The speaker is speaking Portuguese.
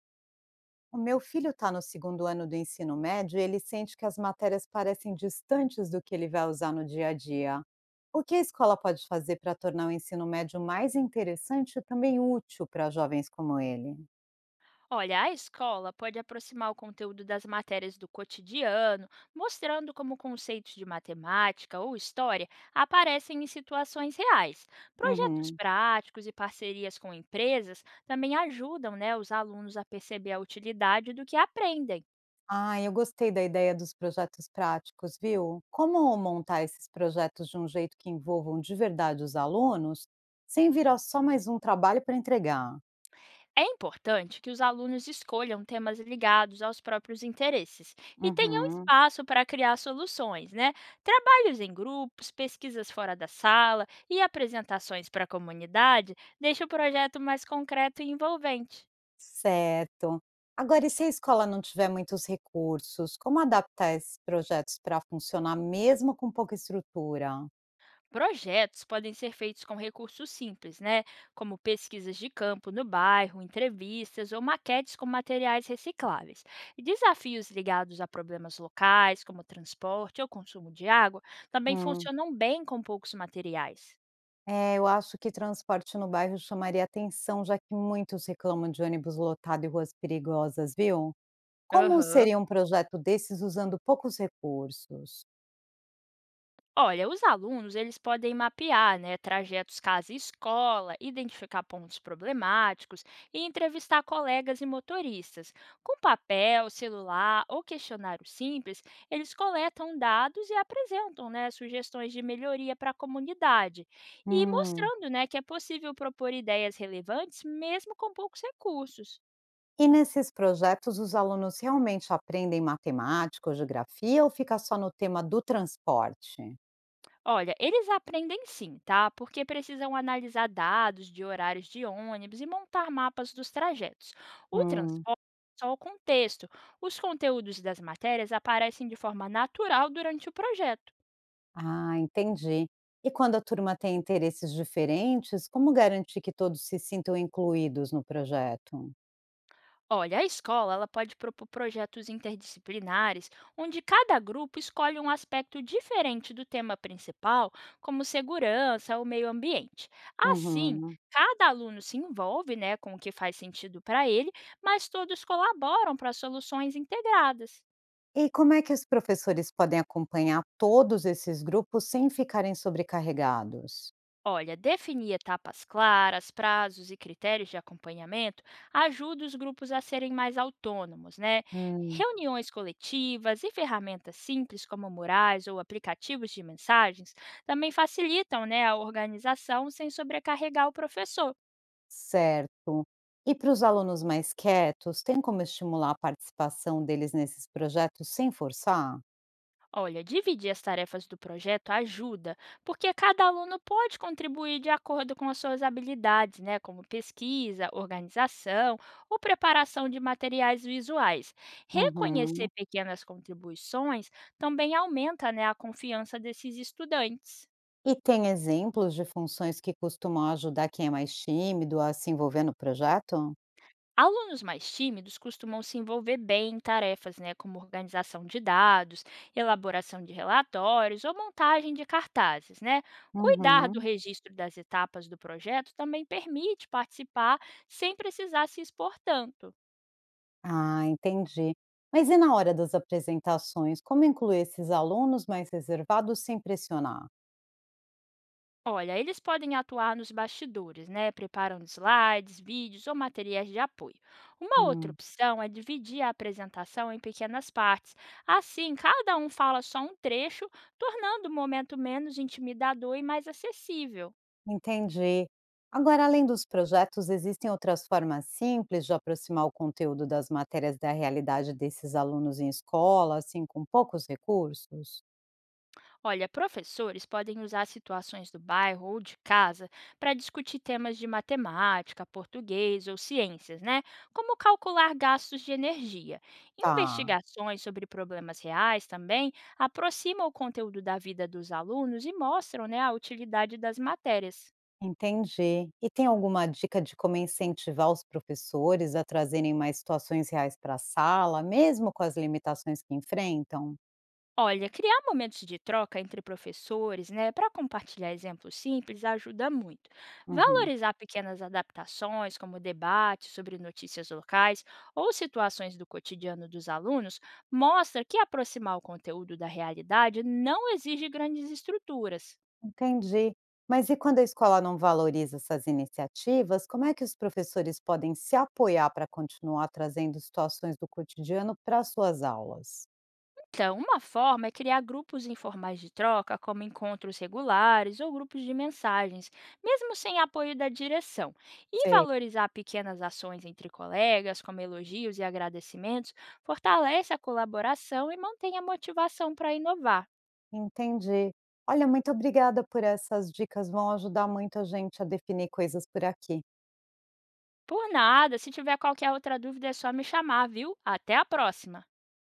O meu filho está no segundo ano do ensino médio e ele sente que as matérias parecem distantes do que ele vai usar no dia a dia. O que a escola pode fazer para tornar o ensino médio mais interessante e também útil para jovens como ele? Olha, a escola pode aproximar o conteúdo das matérias do cotidiano, mostrando como conceitos de matemática ou história aparecem em situações reais. Projetos Uhum. práticos e parcerias com empresas também ajudam, né, os alunos a perceber a utilidade do que aprendem. Ah, eu gostei da ideia dos projetos práticos, viu? Como montar esses projetos de um jeito que envolvam de verdade os alunos, sem virar só mais um trabalho para entregar? É importante que os alunos escolham temas ligados aos próprios interesses e tenham Uhum. espaço para criar soluções, né? Trabalhos em grupos, pesquisas fora da sala e apresentações para a comunidade deixam o projeto mais concreto e envolvente. Certo. Agora, e se a escola não tiver muitos recursos, como adaptar esses projetos para funcionar mesmo com pouca estrutura? Projetos podem ser feitos com recursos simples, né? Como pesquisas de campo no bairro, entrevistas ou maquetes com materiais recicláveis. E desafios ligados a problemas locais, como transporte ou consumo de água, também Hum, funcionam bem com poucos materiais. é, eu acho que transporte no bairro chamaria atenção, já que muitos reclamam de ônibus lotado e ruas perigosas, viu? Como Aham. seria um projeto desses usando poucos recursos? Olha, os alunos, eles podem mapear, né, trajetos casa-escola, identificar pontos problemáticos e entrevistar colegas e motoristas. Com papel, celular ou questionário simples, eles coletam dados e apresentam, né, sugestões de melhoria para a comunidade e Hum. mostrando, né, que é possível propor ideias relevantes mesmo com poucos recursos. E nesses projetos, os alunos realmente aprendem matemática ou geografia ou fica só no tema do transporte? Olha, eles aprendem sim, tá? Porque precisam analisar dados de horários de ônibus e montar mapas dos trajetos. O Hum. transporte é só o contexto. Os conteúdos das matérias aparecem de forma natural durante o projeto. Ah, entendi. E quando a turma tem interesses diferentes, como garantir que todos se sintam incluídos no projeto? Olha, a escola ela pode propor projetos interdisciplinares, onde cada grupo escolhe um aspecto diferente do tema principal, como segurança ou meio ambiente. Assim, Uhum. cada aluno se envolve, né, com o que faz sentido para ele, mas todos colaboram para soluções integradas. E como é que os professores podem acompanhar todos esses grupos sem ficarem sobrecarregados? Olha, definir etapas claras, prazos e critérios de acompanhamento ajuda os grupos a serem mais autônomos, né? Hum, Reuniões coletivas e ferramentas simples como murais ou aplicativos de mensagens também facilitam, né, a organização sem sobrecarregar o professor. certo. E para os alunos mais quietos, tem como estimular a participação deles nesses projetos sem forçar? Olha, dividir as tarefas do projeto ajuda, porque cada aluno pode contribuir de acordo com as suas habilidades, né, como pesquisa, organização ou preparação de materiais visuais. Reconhecer Uhum. pequenas contribuições também aumenta, né, a confiança desses estudantes. E tem exemplos de funções que costumam ajudar quem é mais tímido a se envolver no projeto? Alunos mais tímidos costumam se envolver bem em tarefas, né, como organização de dados, elaboração de relatórios ou montagem de cartazes, né? Cuidar do Uhum. registro das etapas do projeto também permite participar sem precisar se expor tanto. Ah, entendi. Mas e na hora das apresentações, como incluir esses alunos mais reservados sem pressionar? Olha, eles podem atuar nos bastidores, né? Preparando slides, vídeos ou materiais de apoio. Uma outra Hum, opção é dividir a apresentação em pequenas partes. Assim, cada um fala só um trecho, tornando o momento menos intimidador e mais acessível. entendi. Agora, além dos projetos, existem outras formas simples de aproximar o conteúdo das matérias da realidade desses alunos em escola, assim, com poucos recursos? Olha, professores podem usar situações do bairro ou de casa para discutir temas de matemática, português ou ciências, né? Como calcular gastos de energia. Tá, Investigações sobre problemas reais também aproximam o conteúdo da vida dos alunos e mostram, né, a utilidade das matérias. entendi. E tem alguma dica de como incentivar os professores a trazerem mais situações reais para a sala, mesmo com as limitações que enfrentam? Olha, criar momentos de troca entre professores, né, para compartilhar exemplos simples ajuda muito. Uhum. Valorizar pequenas adaptações, como debates sobre notícias locais ou situações do cotidiano dos alunos, mostra que aproximar o conteúdo da realidade não exige grandes estruturas. Entendi. Mas e quando a escola não valoriza essas iniciativas, como é que os professores podem se apoiar para continuar trazendo situações do cotidiano para suas aulas? Então, uma forma é criar grupos informais de troca, como encontros regulares ou grupos de mensagens, mesmo sem apoio da direção. E Sei. valorizar pequenas ações entre colegas, como elogios e agradecimentos, fortalece a colaboração e mantém a motivação para inovar. Entendi. Olha, muito obrigada por essas dicas, vão ajudar muito a gente a definir coisas por aqui. Por nada, se tiver qualquer outra dúvida é só me chamar, viu? Até a próxima!